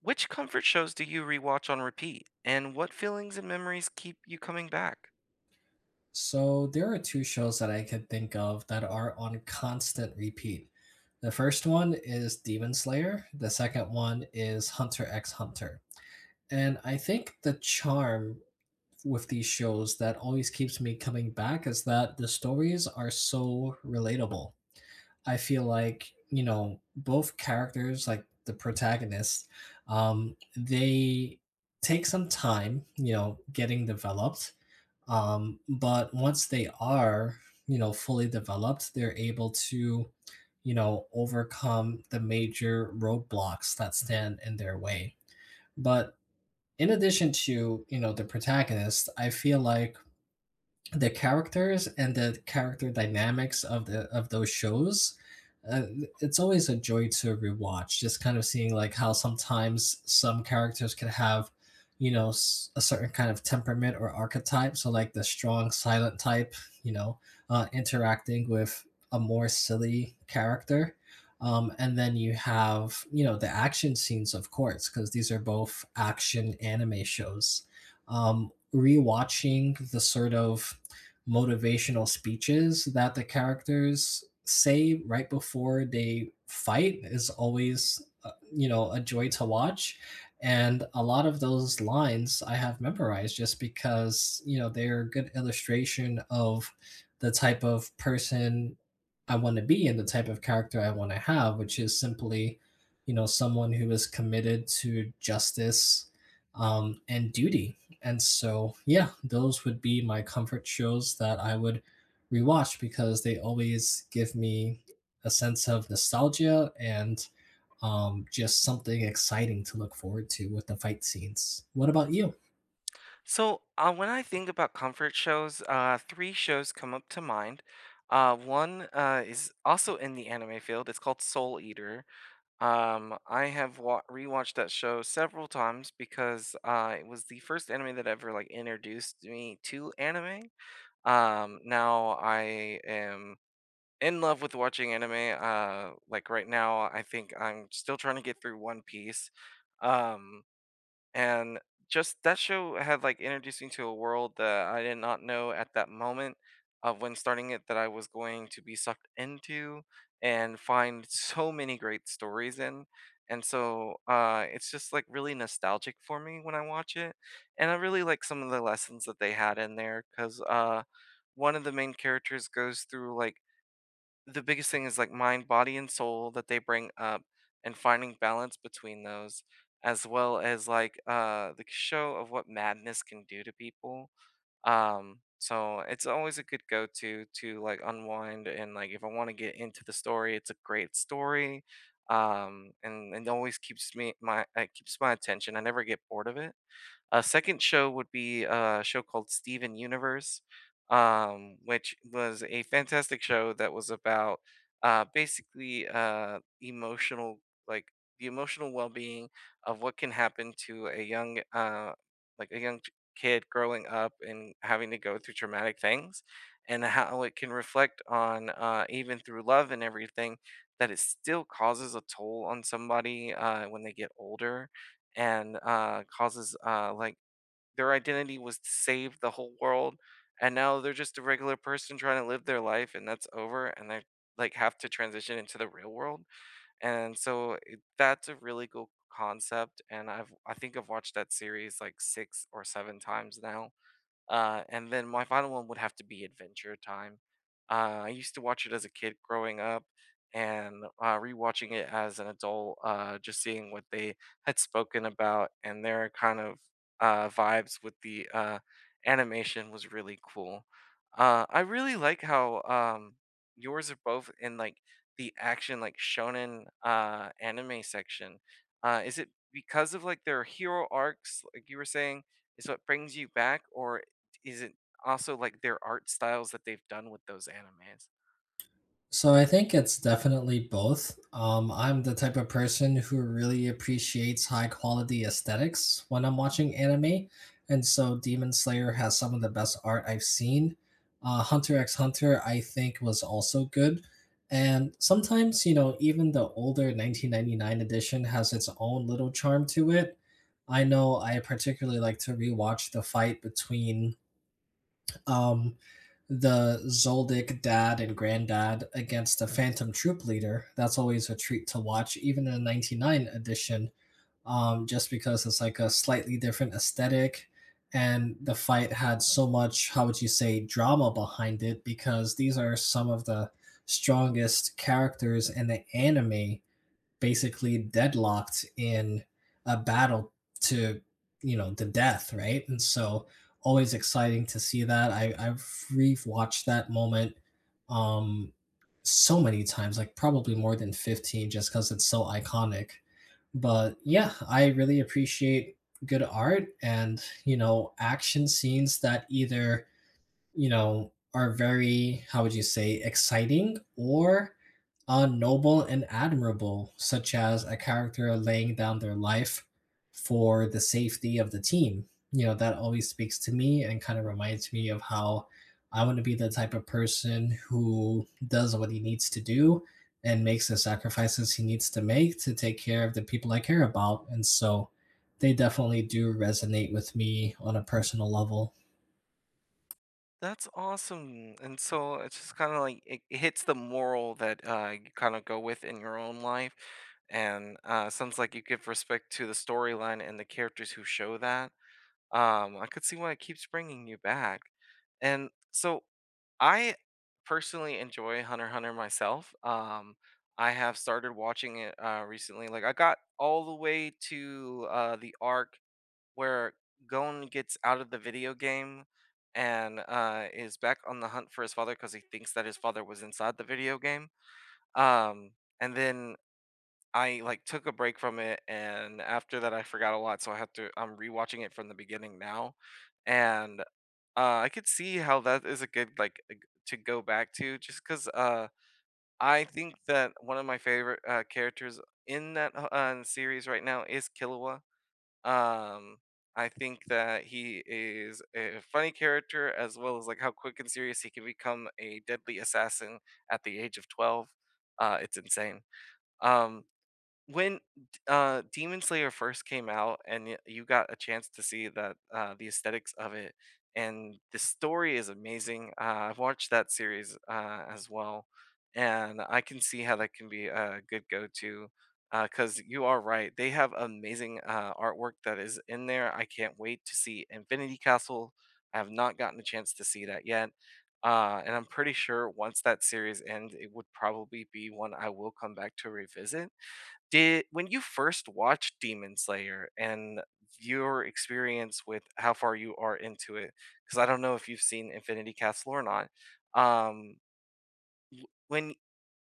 Which comfort shows do you rewatch on repeat? And what feelings and memories keep you coming back? So there are two shows that I could think of that are on constant repeat. The first one is Demon Slayer, the second one is Hunter x Hunter. And I think the charm with these shows that always keeps me coming back is that the stories are so relatable. I feel like, you know, both characters, like the protagonists, they take some time, you know, getting developed but once they are, you know, fully developed, they're able to, you know, overcome the major roadblocks that stand in their way. But in addition to, you know, the protagonist, I feel like the characters and the character dynamics of the of those shows, uh, it's always a joy to rewatch, just kind of seeing like how sometimes some characters can have, you know, a certain kind of temperament or archetype, so like the strong silent type, you know, interacting with a more silly character. And then you have, you know, the action scenes, of course, because these are both action anime shows. Rewatching the sort of motivational speeches that the characters say right before they fight is always, you know, a joy to watch. And a lot of those lines I have memorized just because, you know, they're a good illustration of the type of person I want to be and the type of character I want to have, which is simply, you know, someone who is committed to justice and duty. And so, yeah, those would be my comfort shows that I would rewatch because they always give me a sense of nostalgia and, just something exciting to look forward to with the fight scenes. What about you? So when I think about comfort shows, three shows come up to mind. One is also in the anime field. It's called Soul Eater. I have rewatched that show several times because it was the first anime that ever like introduced me to anime. Now I am in love with watching anime. Like right now, I think I'm still trying to get through One Piece. Um, and Just that show had like introduced me to a world that I did not know at that moment of when starting it that I was going to be sucked into and find so many great stories in. And so it's just like really nostalgic for me when I watch it. And I really like some of the lessons that they had in there because one of the main characters goes through like the biggest thing is like mind, body, and soul that they bring up and finding balance between those, as well as like the show of what madness can do to people. So it's always a good go-to to like unwind and like if I want to get into the story, it's a great story. And always keeps me my it keeps my attention. I never get bored of it. A second show would be a show called Steven Universe, which was a fantastic show that was about basically emotional, like the emotional well-being of what can happen to a young, a young kid growing up and having to go through traumatic things, and how it can reflect on even through love and everything that it still causes a toll on somebody when they get older and causes like their identity was to save the whole world, and now they're just a regular person trying to live their life, and that's over, and they like have to transition into the real world. That's a really cool concept, and I think I've watched that series like six or seven times now. And then my final one would have to be Adventure Time. I used to watch it as a kid growing up, and rewatching it as an adult, just seeing what they had spoken about and their kind of vibes with the animation was really cool. I really like how yours are both in like the action, like shonen anime section. Is it because of like their hero arcs, like you were saying, is what brings you back, or is it also, like, their art styles that they've done with those animes? So I think it's definitely both. I'm the type of person who really appreciates high quality aesthetics when I'm watching anime, and so Demon Slayer has some of the best art I've seen. Hunter x Hunter, I think, was also good. And sometimes, you know, even the older 1999 edition has its own little charm to it. I know I particularly like to rewatch the fight between um, the Zoldyck dad and granddad against the Phantom Troop Leader. That's always a treat to watch, even in the 99 edition, just because it's like a slightly different aesthetic. And the fight had so much, how would you say, drama behind it, because these are some of the strongest characters in the anime basically deadlocked in a battle to, you know, the death, right? And so always exciting to see that. I've rewatched that moment um so many times, like probably more than 15, just because it's so iconic. But yeah, I really appreciate good art and, you know, action scenes that either, you know, are very, how would you say, exciting or, noble and admirable, such as a character laying down their life for the safety of the team. You know, that always speaks to me and kind of reminds me of how I want to be the type of person who does what he needs to do and makes the sacrifices he needs to make to take care of the people I care about. And so they definitely do resonate with me on a personal level. That's awesome, and so it's just kinda like it hits the moral that, you kinda go with in your own life, and, sounds like you give respect to the storyline and the characters who show that. I could see why it keeps bringing you back, and so I personally enjoy Hunter x Hunter myself, I have started watching it, recently, like, I got all the way to, the arc where Gon gets out of the video game and is back on the hunt for his father because he thinks that his father was inside the video game. Um, and then I like took a break from it, and after that, I forgot a lot, so I have to. I'm rewatching it from the beginning now, and I could see how that is a good to go back to, just because I think that one of my favorite characters in that series right now is Killua um, I think that he is a funny character as well as like how quick and serious he can become a deadly assassin at the age of 12. It's insane. Um, when Demon Slayer first came out and y you got a chance to see that, the aesthetics of it, and the story is amazing, I've watched that series, as well, and I can see how that can be a good go-to, because you are right, they have amazing, artwork that is in there. I can't wait to see Infinity Castle. I have not gotten a chance to see that yet, and I'm pretty sure once that series ends, it would probably be one I will come back to revisit. Did when you first watched Demon Slayer and your experience with how far you are into it? Because I don't know if you've seen Infinity Castle or not, um, w when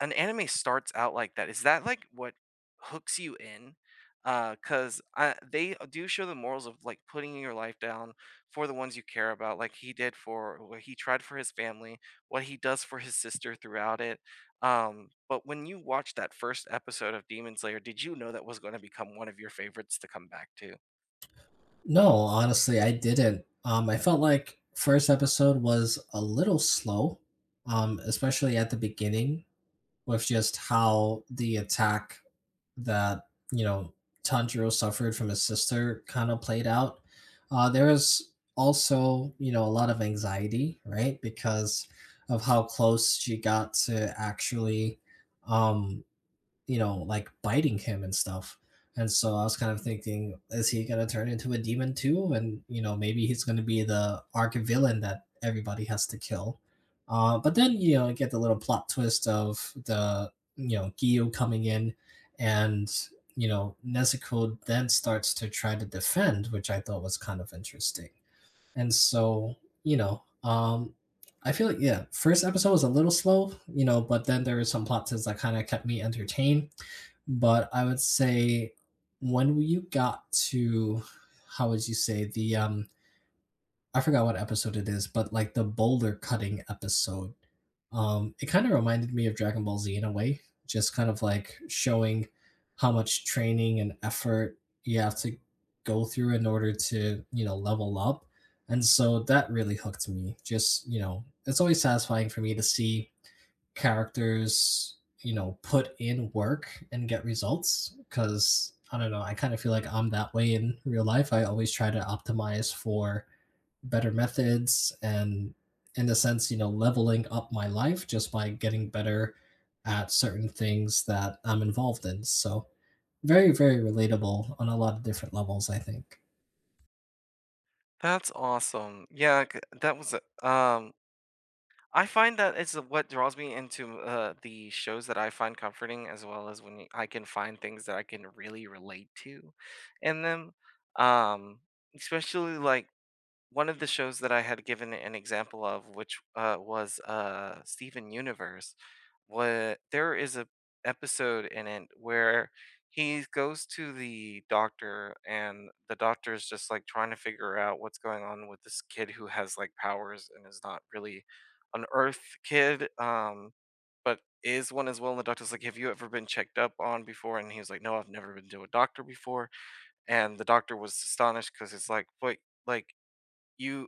an anime starts out like that. Is that like what hooks you in? Because I They do show the morals of like putting your life down for the ones you care about, like he did for what he tried for his family, what he does for his sister throughout it. But when you watched that first episode of Demon Slayer, did you know that was going to become one of your favorites to come back to? No, honestly, I didn't. I felt like first episode was a little slow, especially at the beginning with just how the attack that, you know, Tanjiro suffered from his sister kind of played out. There was also, you know, a lot of anxiety, right, because of how close she got to actually, um you know, like biting him and stuff. And so I was kind of thinking, is he gonna turn into a demon too? And, you know, maybe he's gonna be the arch villain that everybody has to kill. But then, you know, you get the little plot twist of the you know, Gyu coming in, and, you know, Nezuko then starts to try to defend, which I thought was kind of interesting. And so, you know, I feel like, yeah, first episode was a little slow, you know, but then there were some plot twists that kind of kept me entertained. But I would say, when you got to, how would you say, the I forgot what episode it is, but like the boulder cutting episode, it kind of reminded me of Dragon Ball Z in a way, just kind of like showing how much training and effort you have to go through in order to, you know, level up, and so that really hooked me. Just, you know, it's always satisfying for me to see characters, you know, put in work and get results. Because I don't know, I kind of feel like I'm that way in real life. I always try to optimize for better methods and, in a sense, you know, leveling up my life just by getting better at certain things that I'm involved in. So, very, very relatable on a lot of different levels, I think. That's awesome. Yeah, c- that was um I find that it's what draws me into the shows that I find comforting, as well as when I can find things that I can really relate to in them. Um, Especially like one of the shows that I had given an example of, which was Steven Universe, what there is a episode in it where he goes to the doctor and the doctor is just like trying to figure out what's going on with this kid who has like powers and is not really an earth kid but is one as well. And the doctor's like, have you ever been checked up on before? And he was like, no, I've never been to a doctor before. And the doctor was astonished because it's like, wait, like you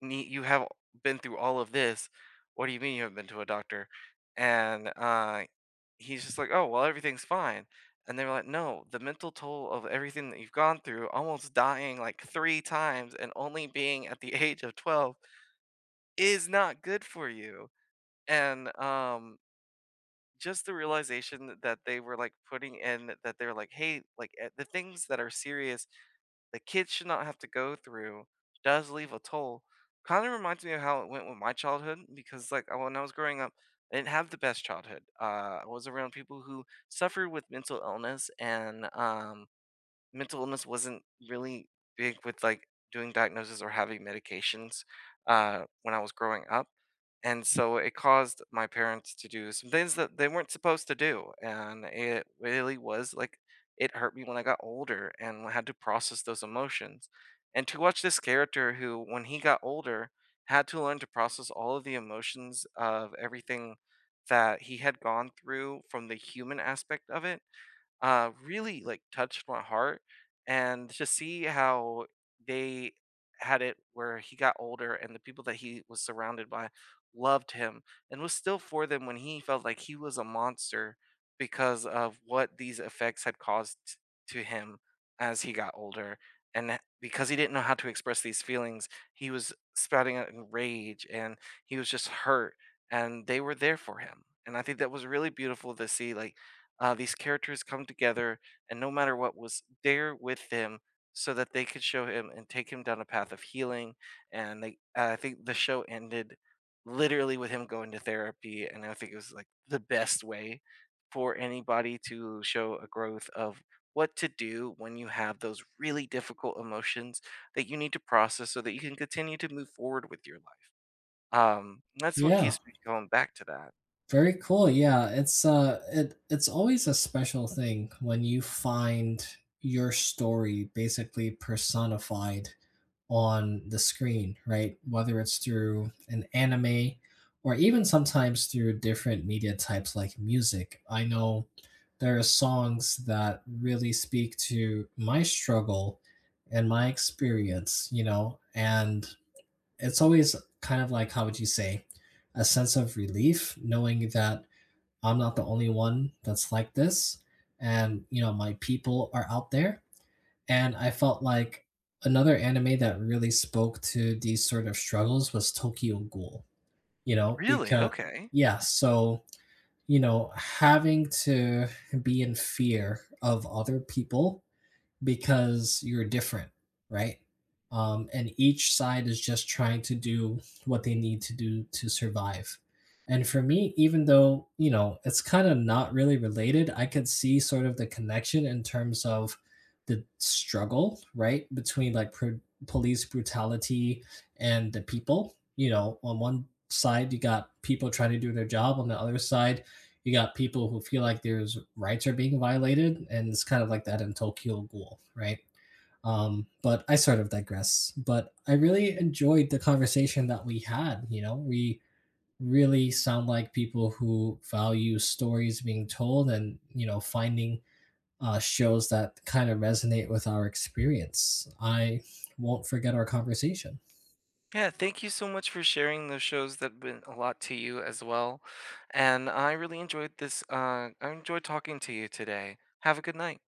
you have been through all of this. What do you mean you haven't been to a doctor? And he's just like, oh, well, everything's fine. And they were like, no, the mental toll of everything that you've gone through, almost dying like three times and only being at the age of 12, is not good for you. And just the realization that they were like putting in that they're like, hey, the things that are serious the kids should not have to go through does leave a toll. Kind of reminds me of how it went with my childhood because, like, when I was growing up, I didn't have the best childhood. I was around people who suffered with mental illness and mental illness wasn't really big with like doing diagnoses or having medications when I was growing up. And so it caused my parents to do some things that they weren't supposed to do. And it really was like it hurt me when I got older and I had to process those emotions. And to watch this character who, when he got older, had to learn to process all of the emotions of everything that he had gone through from the human aspect of it really like touched my heart. And to see how they had it where he got older and the people that he was surrounded by loved him and was still for them when he felt like he was a monster because of what these effects had caused to him as he got older. And because he didn't know how to express these feelings he was spouting out in rage and he was just hurt and they were there for him. And I think that was really beautiful to see, like these characters come together, and no matter what was there with them, so that they could show him and take him down a path of healing. And they, I think the show ended literally with him going to therapy, and I think it was like the best way for anybody to show a growth of what to do when you have those really difficult emotions that you need to process so that you can continue to move forward with your life. That's what Yeah. keeps me going back to that. Very cool. Yeah, it's it's always a special thing when you find your story basically personified on the screen, right? Whether it's through an anime or even sometimes through different media types like music. I know there are songs that really speak to my struggle and my experience, you know, and it's always kind of like, how would you say, a sense of relief knowing that I'm not the only one that's like this. And, you know, my people are out there. And I felt like another anime that really spoke to these sort of struggles was Tokyo Ghoul, you know, Really? because, Okay. yeah, so, you know, having to be in fear of other people because you're different, right? And each side is just trying to do what they need to do to survive. And for me, even though, you know, it's kind of not really related, I could see sort of the connection in terms of the struggle, right? Between like police brutality and the people. You know, on one side, you got people trying to do their job, on the other side, you got people who feel like their rights are being violated, and it's kind of like that in Tokyo Ghoul, right? But I sort of digress. But I really enjoyed the conversation that we had. You know, we really sound like people who value stories being told and, you know, finding shows that kind of resonate with our experience. I won't forget our conversation. Yeah, thank you so much for sharing those shows that meant a lot to you as well. And I really enjoyed this, I enjoyed talking to you today. Have a good night.